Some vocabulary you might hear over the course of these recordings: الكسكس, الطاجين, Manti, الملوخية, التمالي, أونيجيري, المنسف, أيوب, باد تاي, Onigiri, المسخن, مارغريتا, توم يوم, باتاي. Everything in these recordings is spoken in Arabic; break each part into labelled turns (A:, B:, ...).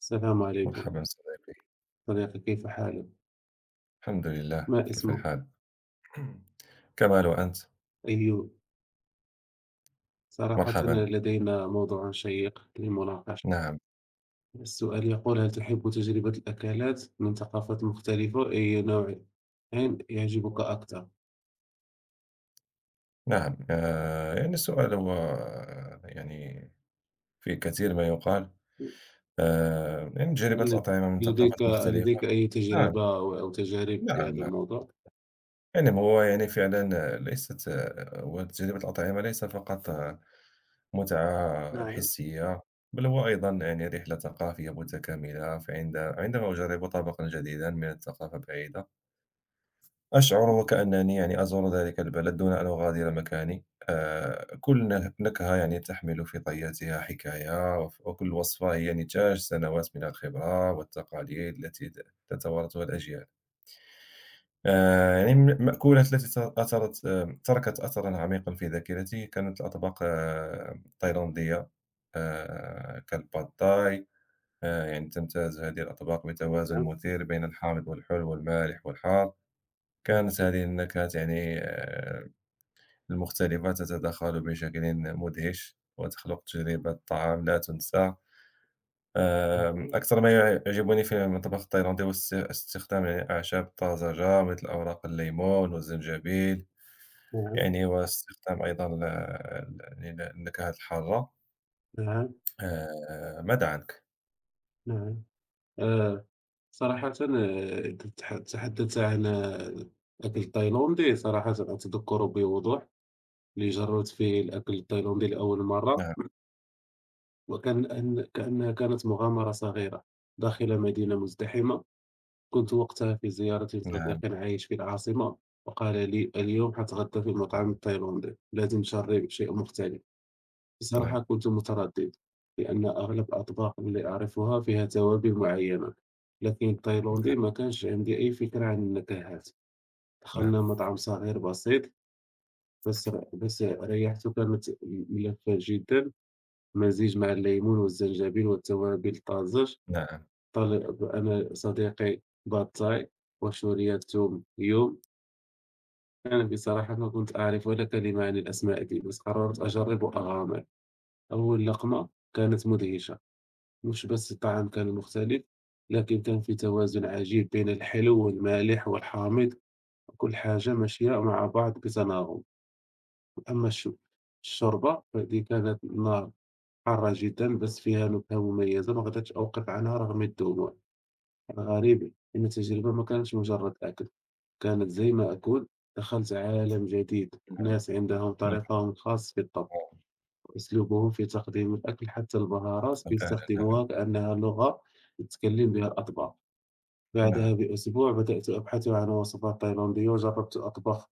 A: السلام عليكم
B: مرحبا صديقي.
A: صديقي. كيف حالك؟
B: الحمد لله،
A: ما
B: كيف
A: اسمك؟
B: الحال؟ كمال، وأنت؟
A: أيوب. صراحة
B: مرحبا.
A: لدينا موضوع شيق للمناقشة.
B: نعم.
A: السؤال يقول: هل تحب تجربة الأكلات من ثقافات مختلفة؟ أي نوع يعني يعجبك أكثر؟
B: نعم، السؤال هو في كثير ما يقال. تجربة
A: هل
B: الأطعمة من
A: لديك
B: ثقافات مختلفة.
A: لديك أي
B: نعم.
A: تجربة أو تجارب في
B: نعم
A: هذا
B: نعم
A: الموضوع؟
B: يعني هو يعني فعلا ليست وتجربة الأطعمة ليس فقط متعة
A: نعم
B: حسية، بل هو أيضا يعني رحلة ثقافية متكاملة. عندما أجرب طبقا جديدا من الثقافة بعيدة، أشعر وكأنني يعني أزور ذلك البلد دون أن أغادر مكاني. كل نكهة يعني تحمل في طياتها حكاية، وكل وصفة هي نتاج سنوات من الخبرة والتقاليد التي تتوارثها الأجيال. يعني المأكولات التي أثرت تركت أثرًا عميقًا في ذاكرتي كانت الأطباق التايلاندية، كالباد تاي. يعني تمتاز هذه الأطباق بتوازن
A: نعم
B: مثير بين الحامض والحلو والمالح والحار.
A: نعم
B: كانت هذه النكهات يعني المختلفة تتداخل بشكل مدهش، وتخلق تجربة طعام لا تُنسى. أكثر ما يعجبني في المطبخ التايلاندي هو استخدام يعني الأعشاب الطازجة مثل أوراق الليمون والزنجبيل،
A: نعم
B: يعني واستخدام أيضًا ال ال يعني النكهات الحارة.
A: نعم
B: ماذا عنك؟
A: نعم آه صراحة، تتحدث عن أكل تايلاندي. صراحة أتذكر بوضوح اللي جرّبت فيه الأكل التايلاندي لأول مرة،
B: نعم،
A: وكان أن كأنها كانت مغامرة صغيرة داخل مدينة مزدحمة. كنت وقتها في زيارة لصديق
B: نعم،
A: عايش في العاصمة، وقال لي: "اليوم حاتغدى في المطعم التايلاندي، لازم تجرّب شيء مختلف." بصراحة
B: نعم،
A: كنت متردد، لأن أغلب الأطباق اللي أعرفها فيها توابل معينة، لكن التايلاندي ما كانش عندي أي فكرة عن النكهات.
B: نعم،
A: دخلنا مطعم صغير بسيط، بس ريحته كانت ملفّة جدًا. مزيج مع الليمون والزنجبيل والتوابل الطازج.
B: نعم،
A: طلب أنا صديقي باتاي وشورية توم يوم. أنا بصراحة ما كنت أعرف ولا كلمة عن الأسماء دي، بس قررت أجرب وأغامر. أول لقمة كانت مدهشة، مش بس الطعم كان مختلف، لكن كان في توازن عجيب بين الحلو والمالح والحامض. كل حاجة ماشية مع بعض بتناغم. أما الش- الشوربة فدي كانت نار، حارة جدًا بس فيها نكهة مميزة ما قدرتش أوقف عنها رغم الدموع. الغريبة إن التجربة ما كانتش مجرد أكل، كانت زي ما أقول دخلت عالم جديد،
B: نعم،
A: ناس عندهم
B: نعم،
A: طريقهم الخاص في الطبخ
B: نعم،
A: وأسلوبهم في تقديم الأكل، حتى البهارات
B: فعلًا، نعم،
A: بيستخدموها كأنها لغة يتكلم بها الأطباق. بعدها
B: نعم،
A: بأسبوع بدأت أبحث عن وصفات تايلاندية وجربت أطبخ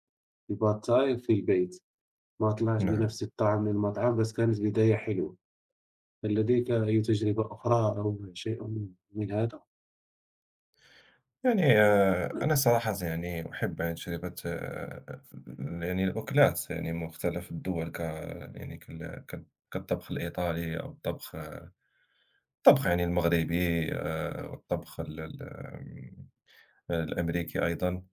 A: الباد تاي في البيت، ما طلعش
B: نعم.
A: بنفس الطعم من المطعم بس كانت بداية حلوة. هل لديك أي تجربة أخرى أو شيء من هذا؟
B: يعني أنا صراحة يعني أحب يعني تجربة يعني الأكلات يعني مختلف الدول، ك يعني كال- كال- كالطبخ الإيطالي، أو الطبخ يعني المغربي، والطبخ الأمريكي أيضا.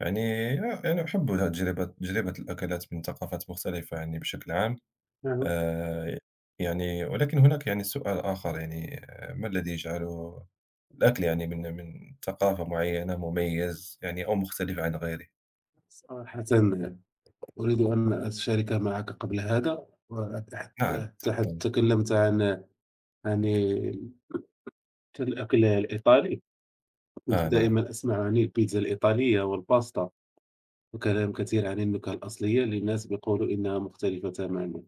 B: يعني يعني أحب تجربة الأكلات من ثقافات مختلفة يعني بشكل عام.
A: نعم،
B: آآ يعني ولكن هناك يعني سؤال آخر يعني، ما الذي يجعل الأكل يعني من ثقافة معيّنة مميز، يعني أو مختلف عن غيره؟
A: صراحةً أريد أن أتشارك معك قبل هذا، وأتح
B: نعم،
A: تح
B: تفضل.
A: تكلمت عن الأكل الإيطالي. كنت
B: آه، نعم،
A: دائمًا أسمع عن البيتزا الإيطالية والباستا، وكلام كثير عن النكهة الأصلية اللي الناس بيقولوا إنها مختلفة تمامًا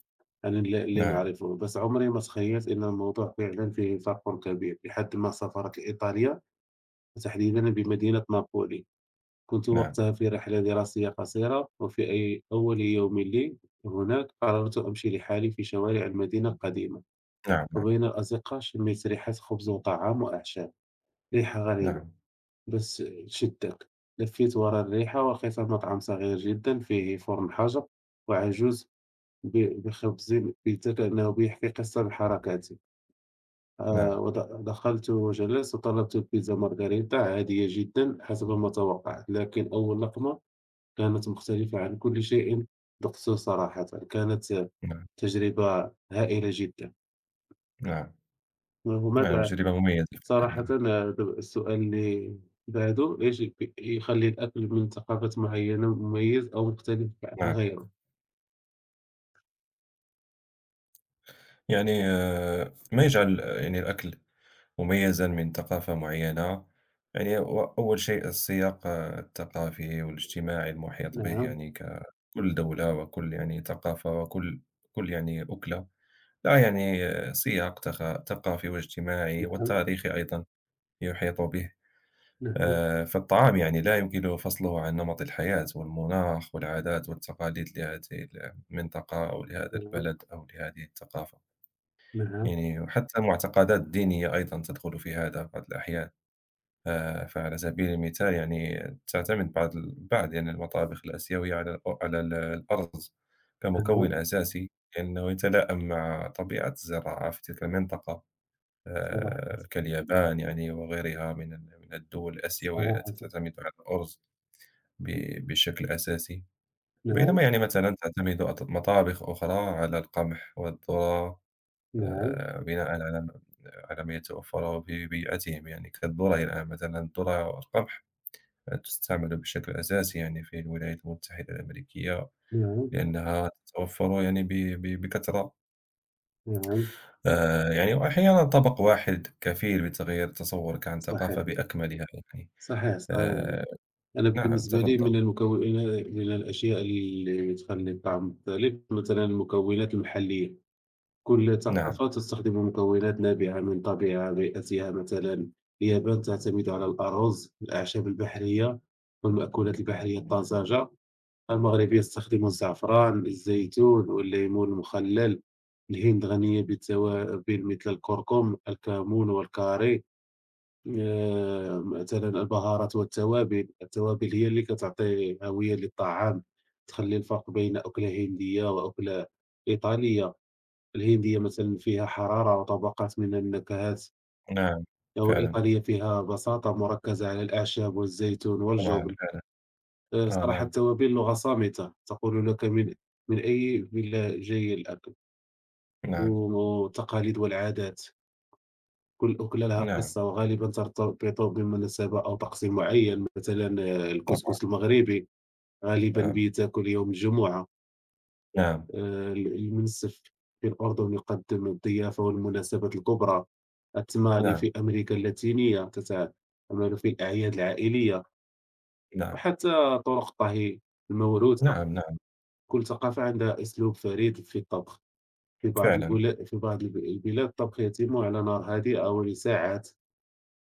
A: عن اللي
B: نعم،
A: نعرفه، بس عمري ما تخيلت إن الموضوع فعلًا فيه فرق كبير، لحد ما سافرت لإيطاليا وتحديدًا بمدينة نابولي. كنت
B: نعم،
A: وقتها في رحلة دراسية قصيرة، وفي أول يوم لي هناك قررت أمشي لحالي في شوارع المدينة القديمة،
B: نعم، نعم،
A: وبين الأزقة شميت ريحة خبز وطعام وأعشاب، ريحة غريبة
B: نعم،
A: بس شدك. لفيت ورا الريحة ولقيت مطعم صغير جدا فيه فرن حجر وعجوز بخبز بيتزا كأنه بيحكي قصة بحركاته.
B: نعم،
A: دخلت وجلست وطلبت بيتزا مارغريتا عادية جدا حسب ما توقعت، لكن أول لقمة كانت مختلفة عن كل شيء ذقته. صراحةً، كانت
B: نعم،
A: تجربة هائلة جدًا.
B: نعم، نعم،
A: وماذا
B: تجربة مميزة. فعلًا،
A: صراحةً،
B: نعم،
A: السؤال اللي بعده، إيش ب يخلّي الأكل من ثقافات معينة مميز أو مختلف عن
B: نعم.
A: غيره؟
B: يعني ما يجعل يعني الأكل مميزًا من ثقافة معيّنة، يعني و أول شيء السياق الثقافي والاجتماعي المحيط به.
A: نعم،
B: يعني كل دولة وكل يعني ثقافة، وكل يعني أكلة لها يعني سياق ثقافي واجتماعي
A: نعم،
B: والتاريخي أيضا يحيط به.
A: نعم،
B: فالطعام يعني لا يمكن فصله عن نمط الحياة والمناخ والعادات والتقاليد لهذه المنطقة أو لهذا
A: نعم،
B: البلد أو لهذه الثقافة.
A: نعم،
B: يعني حتى المعتقدات الدينية أيضا تدخل في هذا بعض الأحيان. فعلى سبيل المثال، يعني تعتمد بعض يعني المطابخ الآسيوية على الأ على ال الأرز كمكون
A: نعم،
B: أساسي، لأنه يتلائم مع طبيعة الزراعة في تلك المنطقة.
A: صراحةً،
B: كاليابان، يعني وغيرها من ال من الدول الآسيوية
A: صراحةً،
B: التي تعتمد على الأرز ب بشكل أساسي،
A: نعم،
B: بينما يعني مثلًا تعتمد مطابخ أخرى على القمح والذرة،
A: نعم،
B: بناءً على م على ما يتوفر في بيئتهم. يعني كالذرة، يعني مثلًا الذرة والقمح تُستعمل بشكل أساسي يعني في الولايات المتحدة الأمريكية،
A: نعم،
B: لأنها تتوفر يعني ب ب بكثرة.
A: نعم،
B: يعني وأحيانًا طبق واحد كفيل بتغيير تصورك عن
A: صحيح،
B: الثقافة بأكملها يعني.
A: صحيح، ص
B: آآ،
A: أنا
B: نعم،
A: بالنسبة لي،
B: تفضل،
A: من المكونات من الأشياء اللي تخلّي الطعم مختلف، مثلًا المكونات المحلية. كل
B: نعم،
A: ثقافة تستخدم مكونات نابعة من طبيعة بيئتها، مثلًا اليابان تعتمد على الأرز، الأعشاب البحرية والمأكولات البحرية الطازجة. المغرب يستخدم الزعفران، الزيتون والليمون المخلل. الهند غنية بالتوابل مثل الكركم، الكمون والكاري. مثلًا البهارات والتوابل، التوابل هي اللي كتعطي هوية للطعام، تخلّي الفرق بين أكلة هندية وأكلة إيطالية. الهندية مثلًا فيها حرارة وطبقات من النكهات،
B: نعم، فعلًا،
A: والإيطالية فيها بساطة مركزة على الأعشاب والزيتون
B: طبعًا،
A: والجبن.
B: فعلًا، آه،
A: صراحة
B: نعم،
A: التوابل لغة صامتة تقول لك من أي بلاد جاي الأكل،
B: نعم،
A: والتقاليد والعادات. كل وكل لها
B: نعم،
A: قصة، وغالبًا ترتبط بمناسبة أو طقس معيّن. مثلًا الكسكس
B: طبعًا،
A: المغربي غالبًا
B: نعم،
A: بيتاكل يوم الجمعة.
B: نعم،
A: ال المنسف في الأردن يقدّم الضيافة والمناسبات الكبرى. التمالي
B: نعم،
A: في أمريكا اللاتينية تتعمل في الأعياد العائلية.
B: نعم،
A: وحتى طرق الطهي الموروثة،
B: نعم، نعم،
A: كل ثقافة عندها أسلوب فريد في الطبخ.
B: فعلًا،
A: في بعض البلاد الطبخ يتم على نار هادئة ولساعات.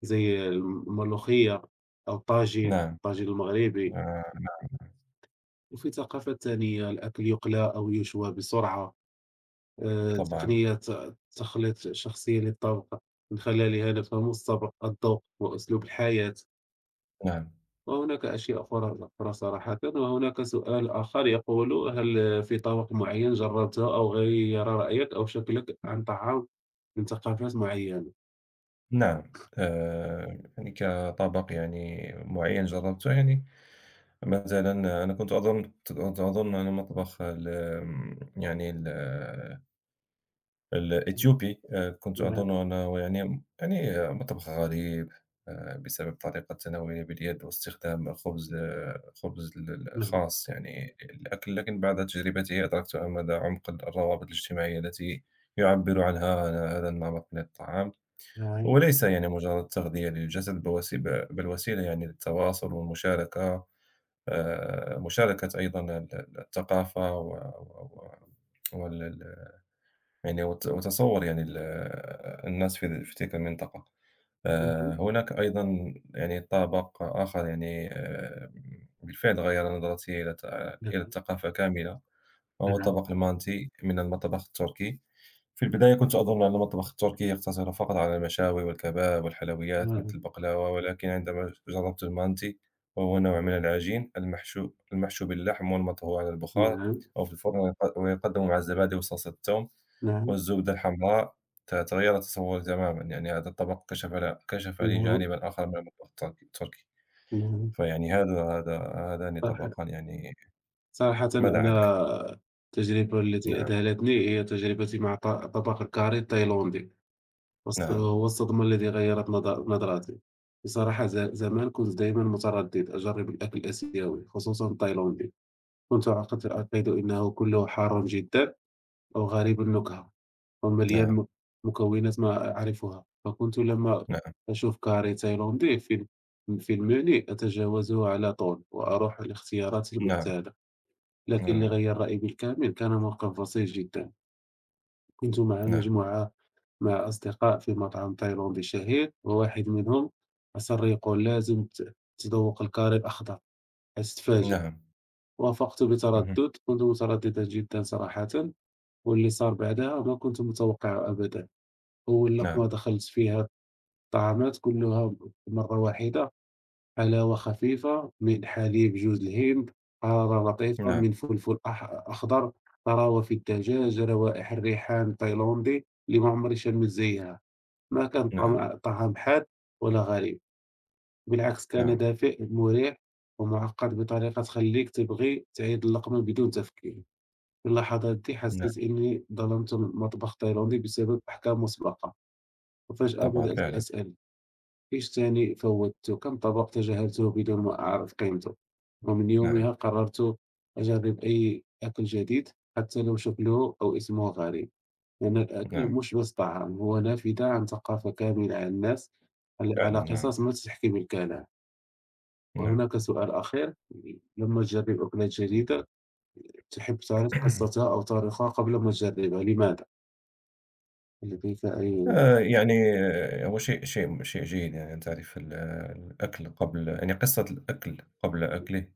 A: زي الملوخية أو الطاجين،
B: نعم،
A: الطاجين المغربي.
B: آآ، نعم،
A: وفي ثقافات تانية الأكل يُقلى أو يُشوى بسرعة.
B: طبعًا،
A: تقنية تخليط شخصية للطبق، من خلالها نفهم الصبر، الذوق وأسلوب الحياة.
B: نعم.
A: وهناك أشياء أخرى صراحةً. وهناك سؤال آخر يقول: "هل في طبق معين جربته أو غيّر رأيك أو شكلك عن طعام من ثقافات معينة؟"
B: نعم. يعني كطبق يعني معيّن جرّبته، يعني مثلًا أنا كنت أظن، كنت أظن أن مطبخ ال آمم، يعني ال الإثيوبي. كنت
A: نعم،
B: أظن أنه يعني يعني مطبخ غريب، بسبب طريقة تناوله باليد واستخدام خبز، خبز
A: نعم،
B: الخاص يعني للأكل. لكن بعد تجربته أدركت مدى عمق الروابط الاجتماعية التي يعبّر عنها هذا النمط من الطعام.
A: نعم،
B: وليس يعني مجرد تغذية للجسد، بل وسيلة يعني للتواصل والمشاركة، مشاركة أيضا الثقافة و- وال ال- يعني وتصور يعني الناس في تلك المنطقة. هناك أيضا يعني طابق آخر، يعني بالفعل غير نظرتي إلى
A: نعم،
B: إلى الثقافة كاملة، وهو
A: نعم،
B: الطبق المانتي من المطبخ التركي. في البداية كنت أظن أن المطبخ التركي يقتصر فقط على المشاوي والكباب والحلويات مثل
A: نعم،
B: البقلاوة، ولكن عندما جربت المانتي، وهو نوع من العجين المحشو باللحم والمطهو على البخار
A: نعم،
B: أو في الفرن، ويقدم مع الزبادي وصلصة الثوم
A: نعم.
B: والزبدة الحمراء، تغير تصوري تمامًا. يعني هذا الطبق كشف لي
A: نعم،
B: جانبًا آخر من المطبخ التركي.
A: نعم.
B: فيعني هذا هذان
A: صح
B: طبقان يعني.
A: صراحةً
B: ماذا عنك؟
A: أنا التجربة التي
B: نعم،
A: أذهلتني هي تجربتي مع طباخ الكاري التايلاندي،
B: نعم،
A: هو الصدمة الذي غيّرت نظرتي. بصراحة زمان كنت دايمًا متردد أجرّب الأكل الآسيوي، خصوصًا التايلاندي. كنت أعتقد أنه كله حار جدًا أو غريب النكهة ومليان
B: نعم،
A: مكونات ما أعرفها. فكنت لما
B: نعم،
A: أشوف كاري تايلاندي في المنيو أتجاوزه على طول وأروح للاختيارات
B: نعم،
A: المعتادة. لكن اللي
B: نعم،
A: غيّر رأيي بالكامل كان موقف بسيط جدًا. كنت مع
B: نعم،
A: مجموعة مع أصدقاء في مطعم تايلاندي شهير، وواحد منهم أصر يقول لازم تذوق الكاري الأخضر حستفاجئ.
B: نعم،
A: وافقت
B: اهم،
A: بتردد، كنت مترددا جدًا صراحةً، واللي صار بعدها ما كنت متوقعه أبدًا. أول لقمة
B: نعم،
A: دخلت فيها الطعامات كلها مرة واحدة: حلاوة خفيفة من حليب جوز الهند، حرارة لطيفة
B: نعم،
A: من فلفل أخضر، طراوة في الدجاج، روائح الريحان التايلاندي اللي ما عمري شمّيت زيها. ما كان
B: نعم،
A: طعام حاد ولا غريب، بالعكس كان
B: نعم،
A: دافئ مريح ومعقّد بطريقة تخلّيك تبغي تعيد اللقمة بدون تفكير. في اللحظات دي حسيت
B: نعم،
A: إني ظلمت المطبخ التايلاندي بسبب أحكام مسبقة، وفجأة
B: طبعًا،
A: بدأت
B: فعلًا،
A: أسأل. الثاني فوّتّه، كم طبق تجاهلته بدون ما أعرف قيمته. ومن
B: نعم،
A: يومها قررت أجرّب أي أكل جديد حتى لو شكله أو اسمه غريب، لأن الأكل
B: نعم،
A: مش بس طعام، هو نافذة عن ثقافة كاملة عن الناس، على
B: فعلًا،
A: على
B: نعم،
A: قصص ما تحكي بالكلام.
B: نعم.
A: وهناك سؤال أخير، لمّا تجرّب أكلات جديدة تحب تعرف قصتها أو تاريخها قبل ما تجرّبها، لماذا؟ لديك أي
B: آآ يعني هو شيء جيد، يعني أن تعرف الأكل قبل، يعني قصة الأكل قبل أكله.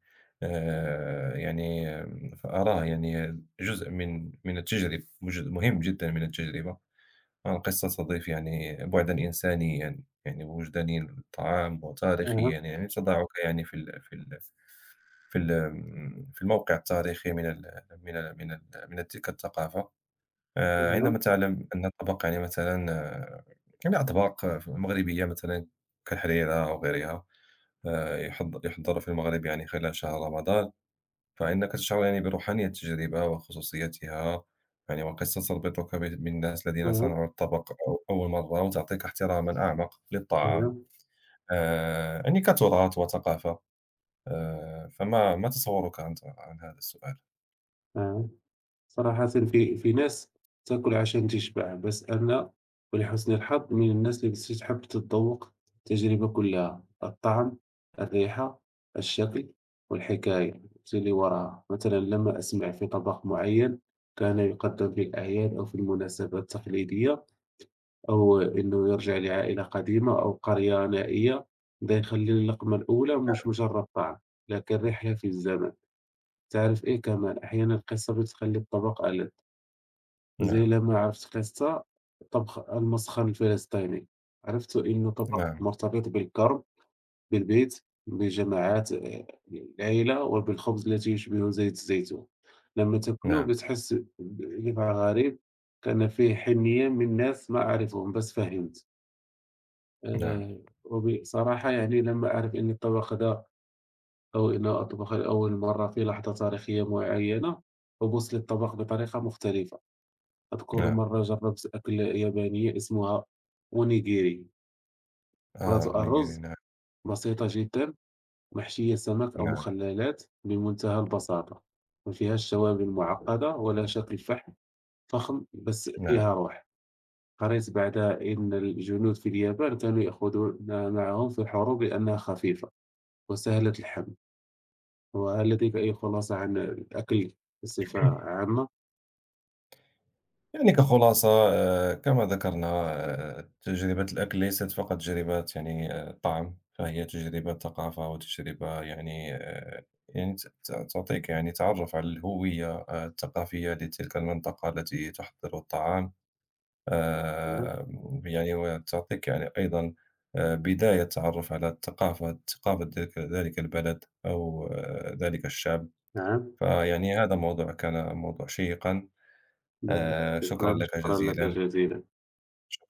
B: فأراه يعني جزء من التجربة، جزء مهم جدًا من التجربة. القصة تضيف يعني بُعدًا إنسانيًا، يعني وجدانيًا للطعام، وتاريخيًا،
A: أها،
B: يعني يعني تضعك يعني في ال في ال في ال في الموقع التاريخي من تلك الثقافة.
A: أها،
B: عندما تعلم أن طبق يعني مثلًا، يعني أطباق مغربية مثلًا كالحريرة أو غيرها، يُحضر في المغرب يعني خلال شهر رمضان، فإنك تشعر يعني بروحانية التجربة وخصوصيتها، يعني وقصة تربطك بالناس الذين
A: أها،
B: صنعوا الطبق أول مرة، وتعطيك احتراما أعمق للطعام،
A: أها،
B: يعني كتراث وثقافة. فما ما تصورك أنت عن هذا السؤال؟
A: أها. صراحةً في ناس تاكل عشان تشبع، بس أنا ولحسن الحظ من الناس اللي تحب تتذوق التجربة كلها: الطعم، الريحة، الشكل والحكاية اللي وراها. مثلًا لما أسمع في طبق معين كان يقدم في الأعياد أو في المناسبات التقليدية، أو إنه يرجع لعائلة قديمة أو قرية نائية، ده يخلي اللقمة الأولى مش مجرد طعم، لكن رحلة في الزمن. تعرف إيه كمان، أحيانًا القصة بتخلي الطبق ألذ. زي
B: نعم،
A: لمّا عرفت قِصّة طبخ المسخن الفلسطيني، عرفت إنه طبق
B: نعم،
A: مرتبط بالكرب، بالبيت، بجماعات العيلة وبالخبز التي يشبه زيت الزيتون. لمّا تاكله
B: نعم،
A: بتحس بطعم غريب كان فيه حنية من ناس ما أعرفهم بس فهمت.
B: نعم،
A: وبصراحة يعني لمّا أعرف إن الطبق ده أو إن أطبخه لأول مرة في لحظة تاريخية معينة، أبُص للطبق بطريقة مختلفة. أذكر
B: نعم.
A: مرة جربت أكلة يابانية اسمها أونيجيري،
B: آه،
A: كرة
B: أونيجيري،
A: الرز،
B: نعم.
A: بسيطة جدا، محشية سمك أو
B: نعم،
A: مخللات بمنتهى البساطة، ما فيهاش توابل معقدة ولا شكل فخم، بس فيها روح. قريت بعدها إن الجنود في اليابان كانوا يأخذونها معهم في الحروب لأنها خفيفة وسهلة الحمل. وهل لديك أي خلاصة عن الأكل بصفة
B: نعم.
A: عامة؟
B: يعني كخلاصة، كما ذكرنا، تجربة الأكل ليست فقط تجربة يعني طعم، فهي تجربة ثقافة وتجربة يعني، يعني ت ت تعطيك يعني تعرف على الهوية الثقافية لتلك المنطقة التي تحضر الطعام.
A: نعم
B: آآ، يعني وتعطيك يعني أيضًا بداية التعرف على الثقافة، ثقافة ذلك البلد، أو ذلك الشعب.
A: نعم،
B: فيعني هذا كان موضوع شيقًا. شكرًا
A: شكرا،
B: لك
A: شكرا لك
B: جزيلًا.
A: جزيلا.
B: شكرًا.